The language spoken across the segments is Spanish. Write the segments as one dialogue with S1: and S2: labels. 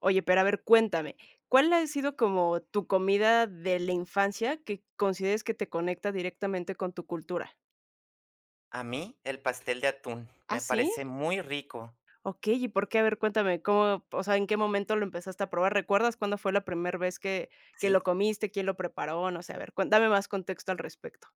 S1: Oye, pero a ver, cuéntame, ¿cuál ha sido como tu comida de la infancia que consideres que te conecta directamente con tu cultura?
S2: A mí el pastel de atún
S1: ¿Ah,
S2: me
S1: sí?
S2: parece muy rico,
S1: Okey, ¿y por qué? A ver, cuéntame, ¿cómo? O sea, ¿en qué momento lo empezaste a probar? ¿Recuerdas cuándo fue la primera vez que lo
S2: ¿sí?
S1: comiste? ¿Quién lo preparó? No sé, a ver, cuen dame más contexto al respecto.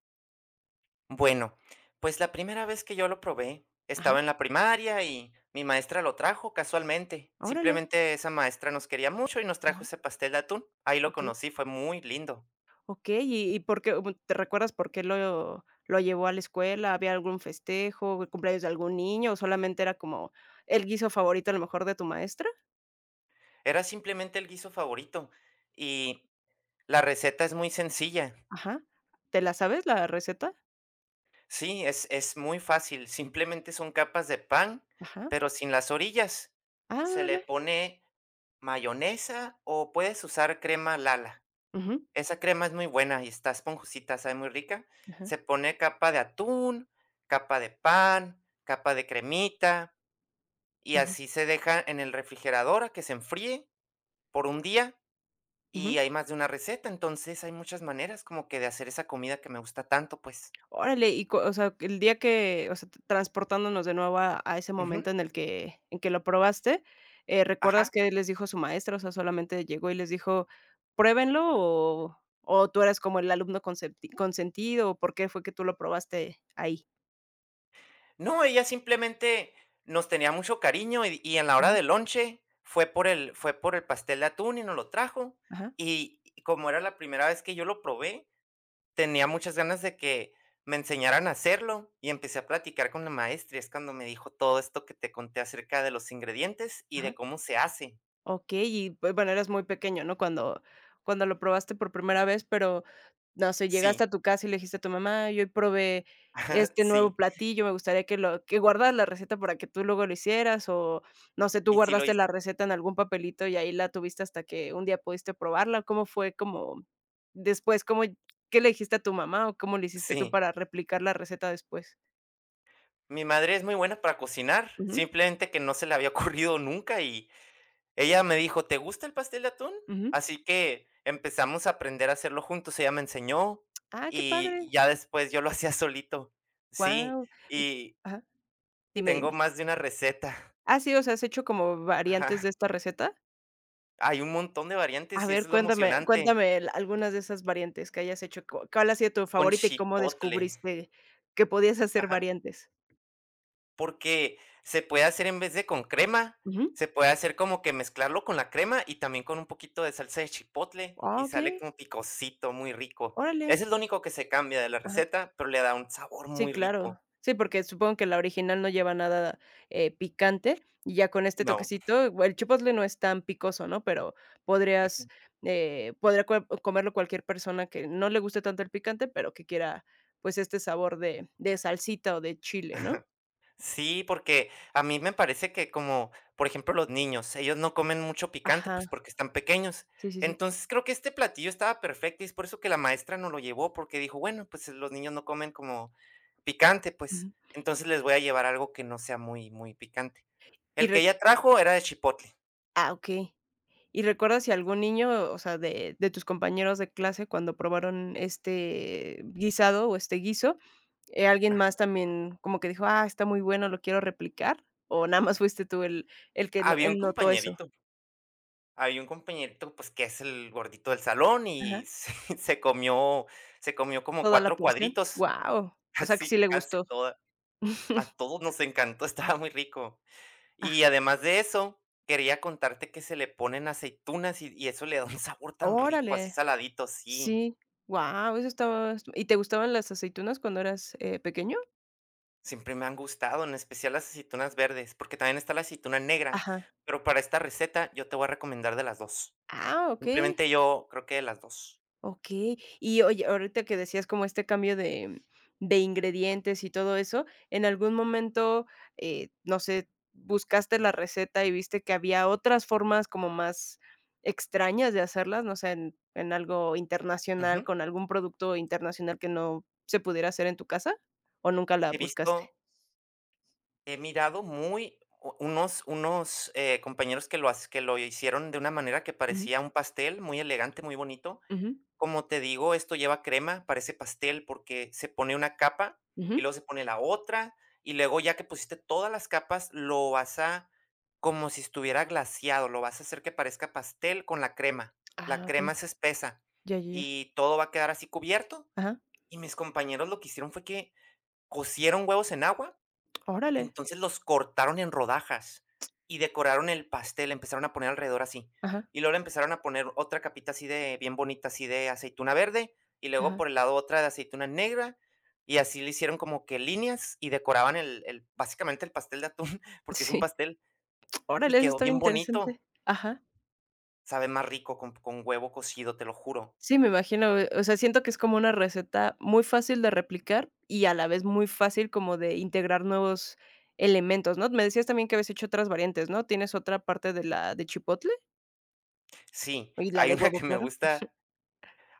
S2: Bueno, pues la primera vez que yo lo probé,
S1: Ajá,
S2: estaba en la primaria y mi maestra lo trajo casualmente.
S1: órale,
S2: Simplemente esa maestra nos quería mucho y nos trajo
S1: ajá,
S2: ese pastel de atún. Ahí lo
S1: okey,
S2: conocí, fue muy lindo.
S1: okey, ¿y por qué? ¿Te recuerdas por qué lo llevó a la escuela? ¿Había algún festejo, el cumpleaños de algún niño o solamente era como el guiso favorito a lo mejor de tu maestra?
S2: Era simplemente el guiso favorito y la receta es muy sencilla.
S1: Ajá. ¿Te la sabes la receta?
S2: Sí, es muy fácil, simplemente son capas de pan,
S1: Ajá.
S2: pero sin las orillas.
S1: Ah,
S2: Se le
S1: órale.
S2: pone mayonesa o puedes usar crema Lala.
S1: Ujú,
S2: Esa crema es muy buena y está esponjosita, sabe muy rica.
S1: ajá,
S2: Se pone capa de atún, capa de pan, capa de cremita y
S1: ujú,
S2: así se deja en el refrigerador a que se enfríe por un día y
S1: ujú.
S2: hay más de una receta, entonces hay muchas maneras como que de hacer esa comida que me gusta tanto, pues.
S1: Órale, y co o sea, el día que, o sea, transportándonos de nuevo a ese
S2: Ujú.
S1: momento en el que lo probaste, ¿recuerdas
S2: Ajá.
S1: qué les dijo su maestra? O sea, ¿solamente llegó y les dijo: "Pruébenlo", o tú eras como el alumno consentido, o por qué fue que tú lo probaste ahí?
S2: No, ella simplemente nos tenía mucho cariño y en la hora
S1: Ajá,
S2: del lonche fue por el pastel de atún y nos lo trajo.
S1: ajá,
S2: Y como era la primera vez que yo lo probé, tenía muchas ganas de que me enseñaran a hacerlo y empecé a platicar con la maestra. Es cuando me dijo todo esto que te conté acerca de los ingredientes y
S1: ajá.
S2: de cómo se hace.
S1: Okey, y, pues, bueno, eras muy pequeño, ¿no?, cuando lo probaste por primera vez, pero no sé, llegaste
S2: Sí,
S1: a tu casa y le dijiste a tu mamá: "Yo hoy probé este nuevo
S2: sí,
S1: platillo, me gustaría que lo que guardas la receta para que tú luego lo hicieras", o no sé, tú
S2: y sí lo
S1: guardaste la
S2: hizo.
S1: receta en algún papelito y ahí la tuviste hasta que un día pudiste probarla. ¿Cómo fue como después? ¿Cómo qué le dijiste a tu mamá o cómo le hiciste tú
S2: Sí,
S1: para replicar la receta después?
S2: mi madre es muy buena para cocinar,
S1: Ujú,
S2: simplemente que no se le había ocurrido nunca. Y ella me dijo: "¿Te gusta el pastel de atún?".
S1: ujú.
S2: Así que empezamos a aprender a hacerlo juntos, ella me enseñó,
S1: Ah, qué
S2: y
S1: padre.
S2: ya después yo lo hacía solito. Sí,
S1: Wow,
S2: y
S1: dime,
S2: tengo
S1: dime.
S2: más de una receta.
S1: Ah, sí, o sea, ¿has hecho como variantes de
S2: Ajá.
S1: esta receta?
S2: Hay un montón de
S1: A
S2: variantes y
S1: ver,
S2: eso es lo emocionante.
S1: cuéntame el algunas de esas variantes que hayas hecho, ¿cu ¿cuál ha sido tu
S2: Con
S1: favorita y cómo
S2: chipotle.
S1: descubriste que podías hacer
S2: Ajá.
S1: variantes?
S2: Porque se puede hacer en vez de con crema,
S1: Ujú.
S2: se puede hacer como que mezclarlo con la crema y también con un poquito de salsa de chipotle
S1: Ah,
S2: y sale
S1: okey,
S2: como picosito, muy rico.
S1: órale.
S2: Ese es lo único que se cambia de la
S1: Ajá.
S2: receta, pero le da un sabor
S1: Sí,
S2: muy
S1: claro.
S2: rico.
S1: Sí, porque supongo que la original no lleva nada, picante, y ya con este
S2: No.
S1: toquecito, bueno, el chipotle no es tan picoso, ¿no? Pero podrías, podría cue comerlo cualquier persona que no le guste tanto el picante, pero que quiera, pues, este sabor de salsita o de chile, ¿no?
S2: Sí, porque a mí me parece que como, por ejemplo, los niños, ellos no comen mucho picante,
S1: Ajá.
S2: pues porque están pequeños.
S1: Sí, sí, sí.
S2: Entonces creo que este platillo estaba perfecto y es por eso que la maestra no lo llevó, porque dijo, bueno, pues los niños no comen como picante, pues
S1: Ujú.
S2: entonces les voy a llevar algo que no sea muy, muy picante.
S1: Y
S2: El que
S1: re
S2: ella trajo era de chipotle.
S1: Ah, okey. ¿Y recuerdas si algún niño, o sea, de tus compañeros de clase cuando probaron este guisado o este guiso, alguien
S2: Ah,
S1: más también como que dijo: "Ah, está muy bueno, lo quiero replicar", o nada más fuiste tú el que no
S2: Había
S1: el
S2: un
S1: notó eso?
S2: compañerito, había un compañerito, pues que es el gordito del salón y
S1: Ajá,
S2: se comió, se comió como
S1: ¿toda la
S2: cuatro
S1: porción?
S2: cuadritos,
S1: Wow, o sea, que sí
S2: casi,
S1: le
S2: casi
S1: gustó.
S2: toda. A todos nos encantó, estaba muy rico.
S1: Ah,
S2: Y además de eso, quería contarte que se le ponen aceitunas y eso le da un sabor tan rico, así
S1: órale,
S2: saladito, sí.
S1: sí, wow, eso estaba. ¿Y te gustaban las aceitunas cuando eras, pequeño?
S2: Siempre me han gustado, en especial las aceitunas verdes, porque también está la aceituna negra,
S1: Ajá.
S2: pero para esta receta yo te voy a recomendar de las dos.
S1: Ah, okey.
S2: Simplemente yo creo que de las dos.
S1: Okey. Y oye, ahorita que decías como este cambio de ingredientes y todo eso, ¿en algún momento, no sé, buscaste la receta y viste que había otras formas como más extrañas de hacerlas? No sé, en algo internacional,
S2: Ujú.
S1: con algún producto internacional que no se pudiera hacer en tu casa, ¿o nunca la
S2: He
S1: buscaste?
S2: visto, he mirado muy u unos compañeros que lo hac que lo hicieron de una manera que
S1: Ujú,
S2: parecía un pastel muy elegante, muy bonito.
S1: ujú,
S2: Como te digo, esto lleva crema, parece pastel, porque se pone una capa y
S1: ujú.
S2: luego se pone la otra, y luego ya que pusiste todas las capas, lo vas a, como si estuviera glaseado, lo vas a hacer que parezca pastel con la crema.
S1: Ah,
S2: La crema
S1: okey.
S2: es espesa
S1: Ya, ya, ya.
S2: y todo va a quedar así cubierto.
S1: Ajá.
S2: Y mis compañeros lo que hicieron fue que cocieron huevos en agua,
S1: Órale.
S2: entonces los cortaron en rodajas y decoraron el pastel, empezaron a poner alrededor así.
S1: Ajá,
S2: Y luego le empezaron a poner otra capita así de bien bonita, así de aceituna verde, y luego
S1: ajá.
S2: por el lado otra de aceituna negra, y así le hicieron como que líneas y decoraban el básicamente el pastel de atún, porque es un
S1: Sí.
S2: pastel,
S1: Órale,
S2: y
S1: eso
S2: quedó
S1: está bien
S2: bien
S1: interesante.
S2: bonito.
S1: Ajá.
S2: Sabe más rico con huevo cocido, te lo juro.
S1: Sí, me imagino, o sea, siento que es como una receta muy fácil de replicar y a la vez muy fácil como de integrar nuevos elementos, ¿no? Me decías también que habías hecho otras variantes, ¿no? ¿Tienes otra parte de chipotle
S2: Sí,
S1: y la
S2: hay
S1: de
S2: una
S1: huevo
S2: que me
S1: claro?
S2: gusta.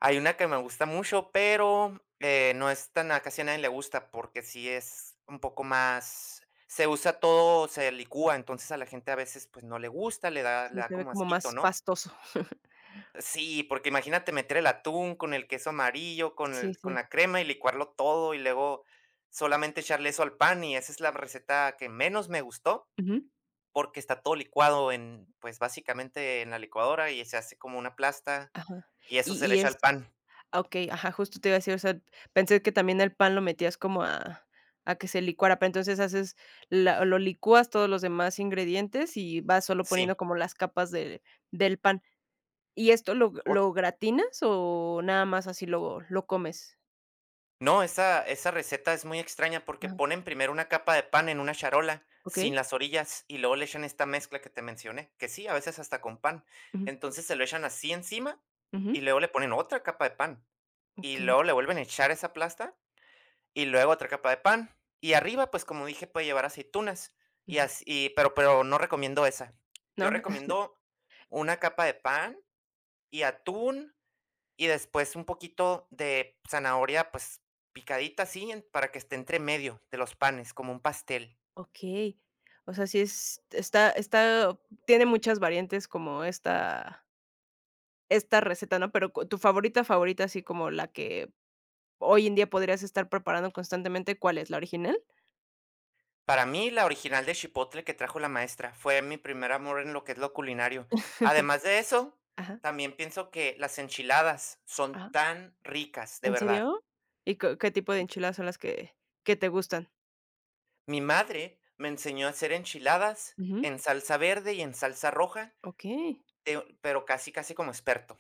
S2: Hay una que me gusta mucho, pero, no es tan, a casi a nadie le gusta, porque sí es un poco más, se usa todo, se licúa, entonces a la gente a veces, pues, no le gusta,
S1: Sí,
S2: le da
S1: se ve
S2: como
S1: como
S2: asquito,
S1: más
S2: ¿no?
S1: pastoso.
S2: Sí, porque imagínate meter el atún con el queso amarillo, con
S1: Sí,
S2: el con
S1: sí.
S2: la crema y licuarlo todo, y luego solamente echarle eso al pan, y esa es la receta que menos me gustó,
S1: Ujú.
S2: porque está todo licuado en, pues, básicamente en la licuadora y se hace como una plasta,
S1: Ajá.
S2: y eso se le
S1: Y
S2: echa
S1: es
S2: al pan.
S1: ah, okey, ajá, justo te iba a decir, o sea, pensé que también el pan lo metías como a que se licuara, pero entonces haces la lo licúas todos los demás ingredientes y vas solo
S2: Sí.
S1: poniendo como las capas de del pan. ¿Y esto lo gratinas o nada más así lo comes?
S2: No, esa receta es muy extraña porque
S1: Ajá,
S2: ponen primero una capa de pan en una charola sin
S1: okey.
S2: las orillas y luego le echan esta mezcla que te mencioné, que sí, a veces hasta con pan.
S1: Ujú,
S2: Entonces se lo echan así encima
S1: ujú,
S2: y luego le ponen otra capa de pan y
S1: okey,
S2: luego le vuelven a echar esa plasta y luego otra capa de pan y arriba, pues como dije, puede llevar aceitunas
S1: ujú.
S2: y así, pero no recomiendo esa. Yo
S1: No,
S2: recomiendo una capa de pan y atún y después un poquito de zanahoria, pues picadita así, para que esté entre medio de los panes, como un pastel.
S1: okey. O sea, sí es está tiene muchas variantes como esta receta, ¿no? Pero cu tu favorita, favorita, así como la que hoy en día podrías estar preparando constantemente, ¿cuál es? ¿La original?
S2: Para mí, la original de Chipotle que trajo la maestra fue mi primer amor en lo que es lo culinario. Además de eso,
S1: Ajá,
S2: también pienso que las enchiladas son
S1: ajá.
S2: tan ricas, de
S1: ¿En
S2: verdad.
S1: serio? ¿Y co ¿qué tipo de enchiladas son las que te gustan?
S2: Mi madre me enseñó a hacer enchiladas
S1: Ujú,
S2: en salsa verde y en salsa roja,
S1: okey.
S2: pero casi, casi como experto.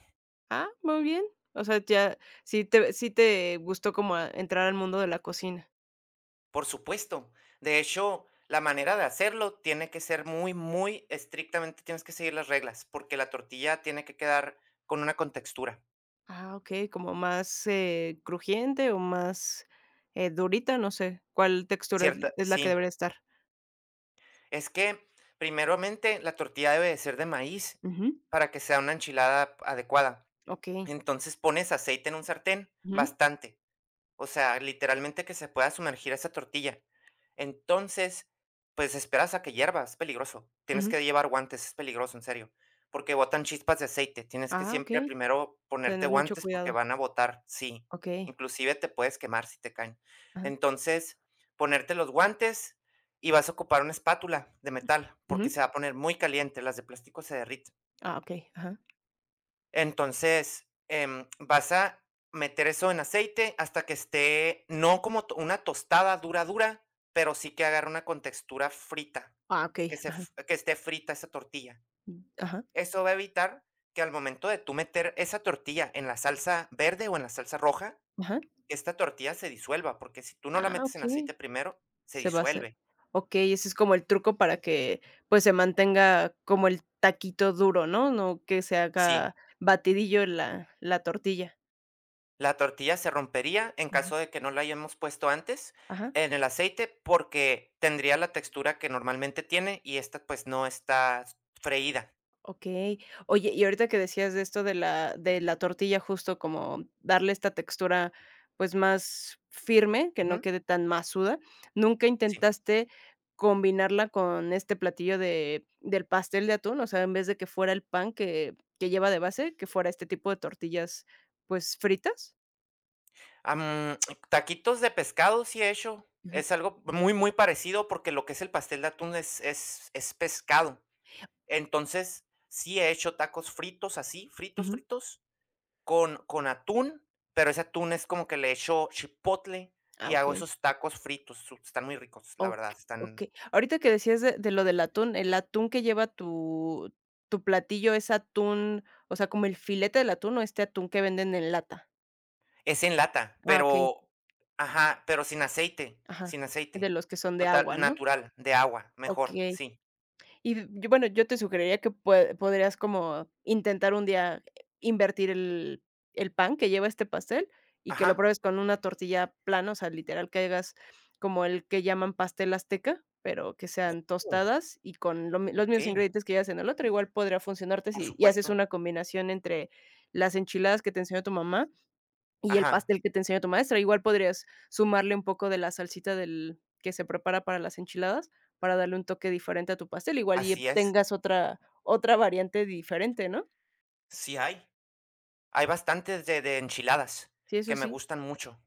S1: Ah, muy bien. O sea, ya sí te gustó como a entrar al mundo de la cocina.
S2: Por supuesto. De hecho, la manera de hacerlo tiene que ser muy, muy estrictamente, tienes que seguir las reglas, porque la tortilla tiene que quedar con una contextura
S1: Ah, okey, como más, crujiente o más, durita, no sé, ¿cuál textura
S2: cierta,
S1: es la que
S2: sí.
S1: debería estar?
S2: Es que, primeramente, la tortilla debe de ser de maíz
S1: Ujú.
S2: para que sea una enchilada adecuada.
S1: Okey.
S2: Entonces pones aceite en un sartén,
S1: Ujú,
S2: bastante, o sea, literalmente que se pueda sumergir esa tortilla. Entonces, pues esperas a que hierva, es peligroso. Tienes
S1: ujú.
S2: que llevar guantes, es peligroso, en serio, porque botan chispas de aceite. Tienes que
S1: Ah,
S2: siempre
S1: okey.
S2: primero ponerte
S1: Tener mucho
S2: guantes porque
S1: cuidado.
S2: van a botar, sí.
S1: Okey.
S2: Inclusive te puedes quemar si te caen.
S1: Ajá.
S2: Entonces, ponerte los guantes y vas a ocupar una espátula de metal porque
S1: Ujú.
S2: se va a poner muy caliente, las de plástico se derriten.
S1: Ah, okey. Ajá.
S2: Entonces, vas a meter eso en aceite hasta que esté, no como una tostada dura, dura, pero sí que agarre una contextura frita,
S1: Ah, okey. Ajá.
S2: que esté frita esa tortilla.
S1: Ajá,
S2: Eso va a evitar que al momento de tú meter esa tortilla en la salsa verde o en la salsa roja,
S1: ajá.
S2: esta tortilla se disuelva, porque si tú no la
S1: Ah,
S2: metes en
S1: okey.
S2: aceite primero, se
S1: Se va a hacer.
S2: disuelve.
S1: Okey, ese es como el truco para que, pues, se mantenga como el taquito duro, ¿no? No que se haga
S2: Sí,
S1: batidillo la tortilla.
S2: la tortilla se rompería en
S1: Ajá.
S2: caso de que no la hayamos puesto antes
S1: Ajá.
S2: en el aceite, porque tendría la textura que normalmente tiene y esta, pues, no está freída.
S1: Okey. Oye, y ahorita que decías de esto de la tortilla, justo como darle esta textura, pues, más firme, que no
S2: Ujú,
S1: quede tan masuda, ¿nunca
S2: sí.
S1: intentaste combinarla con este platillo de del pastel de atún? O sea, en vez de que fuera el pan que lleva de base, que fuera este tipo de tortillas, pues, fritas.
S2: Am, Taquitos de pescado sí he hecho.
S1: Ajá.
S2: Es algo muy, muy parecido porque lo que es el pastel de atún es pescado. Entonces, sí he hecho tacos fritos así, fritos,
S1: Ujú.
S2: fritos, con atún, pero ese atún es como que le echo chipotle
S1: Ah,
S2: y hago
S1: okey.
S2: esos tacos fritos. Están muy ricos, la
S1: Ok,
S2: verdad.
S1: ok.
S2: Están,
S1: Ahorita que decías de lo del atún, el atún que lleva tu platillo es atún, o sea, ¿como el filete del atún o este atún que venden en lata?
S2: es en lata,
S1: Ah, ok,
S2: pero, ajá, pero sin aceite,
S1: ajá,
S2: sin
S1: de
S2: aceite.
S1: los que son de
S2: Total,
S1: agua, ¿no?
S2: natural, de agua, mejor,
S1: Ok.
S2: sí.
S1: Y yo, bueno, yo te sugeriría que pue podrías como intentar un día invertir el pan que lleva este pastel y que lo
S2: Ajá.
S1: pruebes con una tortilla plana, o sea, literal que hagas como el que llaman pastel azteca, pero que sean
S2: Oh,
S1: tostadas y con lo mi los mismos
S2: okey,
S1: ingredientes que llevas en el otro, igual podría funcionarte
S2: por
S1: si y haces
S2: supuesto.
S1: una combinación entre las enchiladas que te enseñó tu mamá y el
S2: Ajá,
S1: pastel que te enseñó tu maestra, igual podrías sumarle un poco de la salsita del que se prepara para las enchiladas, para darle un toque diferente a tu pastel, igual y
S2: así es.
S1: tengas otra variante diferente, ¿no?
S2: Sí hay. Hay bastantes de enchiladas
S1: Sí, eso
S2: que me
S1: sí.
S2: gustan mucho,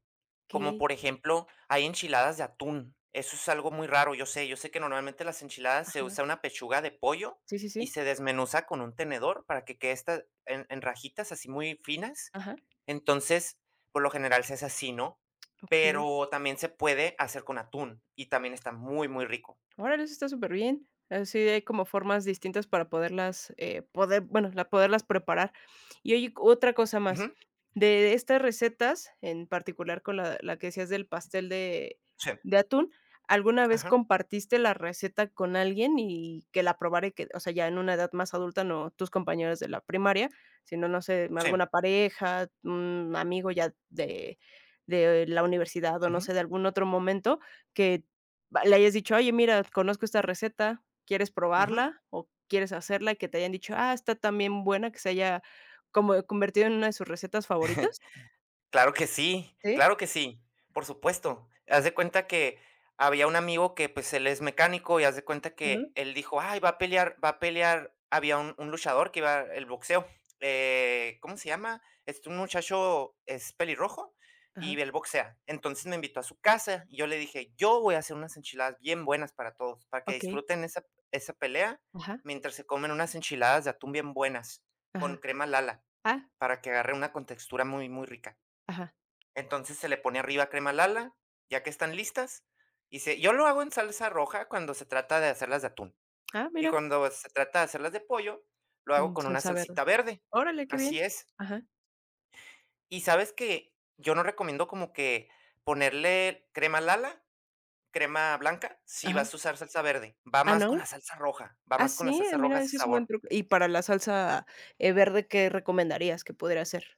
S2: como
S1: Okey.
S2: por ejemplo, hay enchiladas de atún, eso es algo muy raro, yo sé que normalmente las enchiladas se
S1: Ajá.
S2: usa una pechuga de pollo
S1: Sí, sí,
S2: y
S1: sí.
S2: se desmenuza con un tenedor para que quede esta en rajitas así muy finas,
S1: Ajá.
S2: entonces, por lo general se hace así, ¿no?
S1: Okey.
S2: Pero también se puede hacer con atún y también está muy, muy rico.
S1: Órale, eso está súper bien. Así hay como formas distintas para poderlas, poder, bueno, la poderlas preparar. Y oye, otra cosa más.
S2: Ujú,
S1: De estas recetas, en particular con la que decías del pastel
S2: sí,
S1: de atún, ¿alguna vez
S2: ajá,
S1: compartiste la receta con alguien y que la probara y que, o sea, ya en una edad más adulta, no tus compañeros de la primaria, sino, no sé,
S2: sí,
S1: alguna pareja, un amigo ya de la universidad o no
S2: ujú,
S1: sé, de algún otro momento que va le hayas dicho: "Oye, mira, conozco esta receta, ¿quieres
S2: ujú.
S1: probarla o quieres hacerla?", y que te hayan dicho: "Ah, está tan bien buena", que se haya como convertido en una de sus recetas favoritas. Sí,
S2: Claro que sí, por supuesto. Haz de cuenta que había un amigo que, pues, él es mecánico y haz de cuenta
S1: ajá,
S2: que él dijo: "Ay, va a pelear". Había un luchador que iba el boxeo, ¿cómo se llama? Este, un muchacho es pelirrojo y
S1: ajá,
S2: él boxea. Entonces, me invitó a su casa y yo le dije: "Yo voy a hacer unas enchiladas bien buenas para todos, para que
S1: okey,
S2: disfruten esa pelea
S1: ajá,
S2: mientras se comen unas enchiladas de atún bien buenas, con
S1: ajá,
S2: crema Lala,
S1: ah,
S2: para que agarre una contextura muy, muy rica".
S1: ajá,
S2: Entonces se le pone arriba crema Lala, ya que están listas, y se yo lo hago en salsa roja cuando se trata de hacerlas de atún,
S1: ah,
S2: y
S1: mira,
S2: cuando se trata de hacerlas de pollo, lo hago
S1: en
S2: con una
S1: salsa verde.
S2: salsita verde.
S1: Órale, qué
S2: Así
S1: bien.
S2: es.
S1: Ajá,
S2: Y, ¿sabes que Yo no recomiendo como que ponerle crema Lala, crema blanca, si
S1: ajá.
S2: vas a usar salsa verde, va
S1: Ah,
S2: más con
S1: ¿no?
S2: la salsa roja,
S1: Ah, sí, mira,
S2: ese
S1: ese es un buen
S2: sabor.
S1: truco. Y para la salsa, verde, ¿qué recomendarías que pudiera hacer?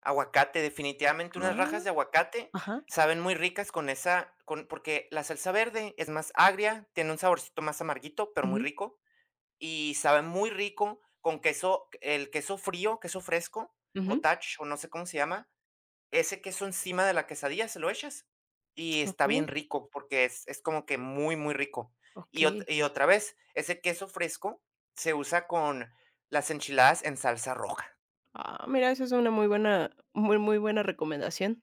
S2: Aguacate, definitivamente unas
S1: Ah,
S2: rajas de aguacate
S1: ajá,
S2: saben muy ricas con esa, con porque la salsa verde es más agria, tiene un saborcito más amarguito, pero muy
S1: ujú,
S2: rico, y sabe muy rico con queso, el queso frío, queso fresco,
S1: ujú,
S2: cottage o no sé cómo se llama, ese queso encima de la quesadilla se lo echas y está
S1: okey,
S2: bien rico porque es como que muy, muy rico.
S1: okey.
S2: Y otra vez, ese queso fresco se usa con las enchiladas en salsa roja.
S1: Ah, mira, esa es una muy buena, muy, muy buena recomendación.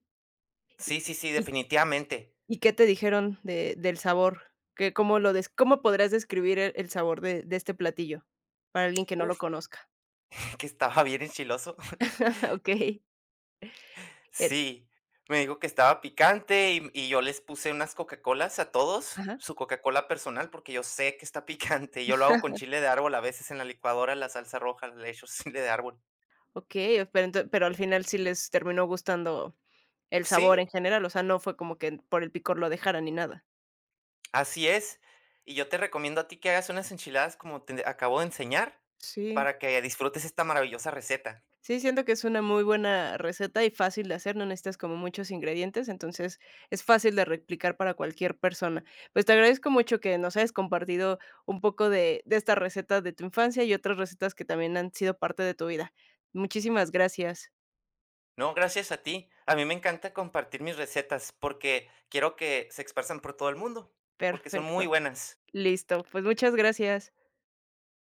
S1: ¿Y
S2: Sí, sí, sí,
S1: y
S2: definitivamente.
S1: y qué te dijeron de del sabor? ¿Qué cómo podrías describir el sabor de este platillo para alguien que no
S2: Uf,
S1: lo conozca?
S2: que estaba bien enchiloso.
S1: Okey, el
S2: Sí, me dijo que estaba picante y yo les puse unas Coca-Colas a todos,
S1: ajá.
S2: su Coca-Cola personal, porque yo sé que está picante. Yo lo hago con chile de árbol, a veces en la licuadora, la salsa roja, le echo chile de árbol.
S1: Okey, pero ento pero al final sí les terminó gustando el
S2: Sí,
S1: sabor en general, o sea, no fue como que por el picor lo dejaran ni nada.
S2: así es. Y yo te recomiendo a ti que hagas unas enchiladas como te acabo de enseñar
S1: Sí.
S2: para que disfrutes esta maravillosa receta.
S1: Sí, siento que es una muy buena receta y fácil de hacer, no necesitas como muchos ingredientes, entonces es fácil de replicar para cualquier persona. Pues te agradezco mucho que nos hayas compartido un poco de esta receta de tu infancia y otras recetas que también han sido parte de tu vida. Muchísimas gracias.
S2: No, gracias a ti. A mí me encanta compartir mis recetas porque quiero que se expresan por todo el mundo, porque son
S1: Perfecto.
S2: muy buenas.
S1: Listo. Pues muchas gracias.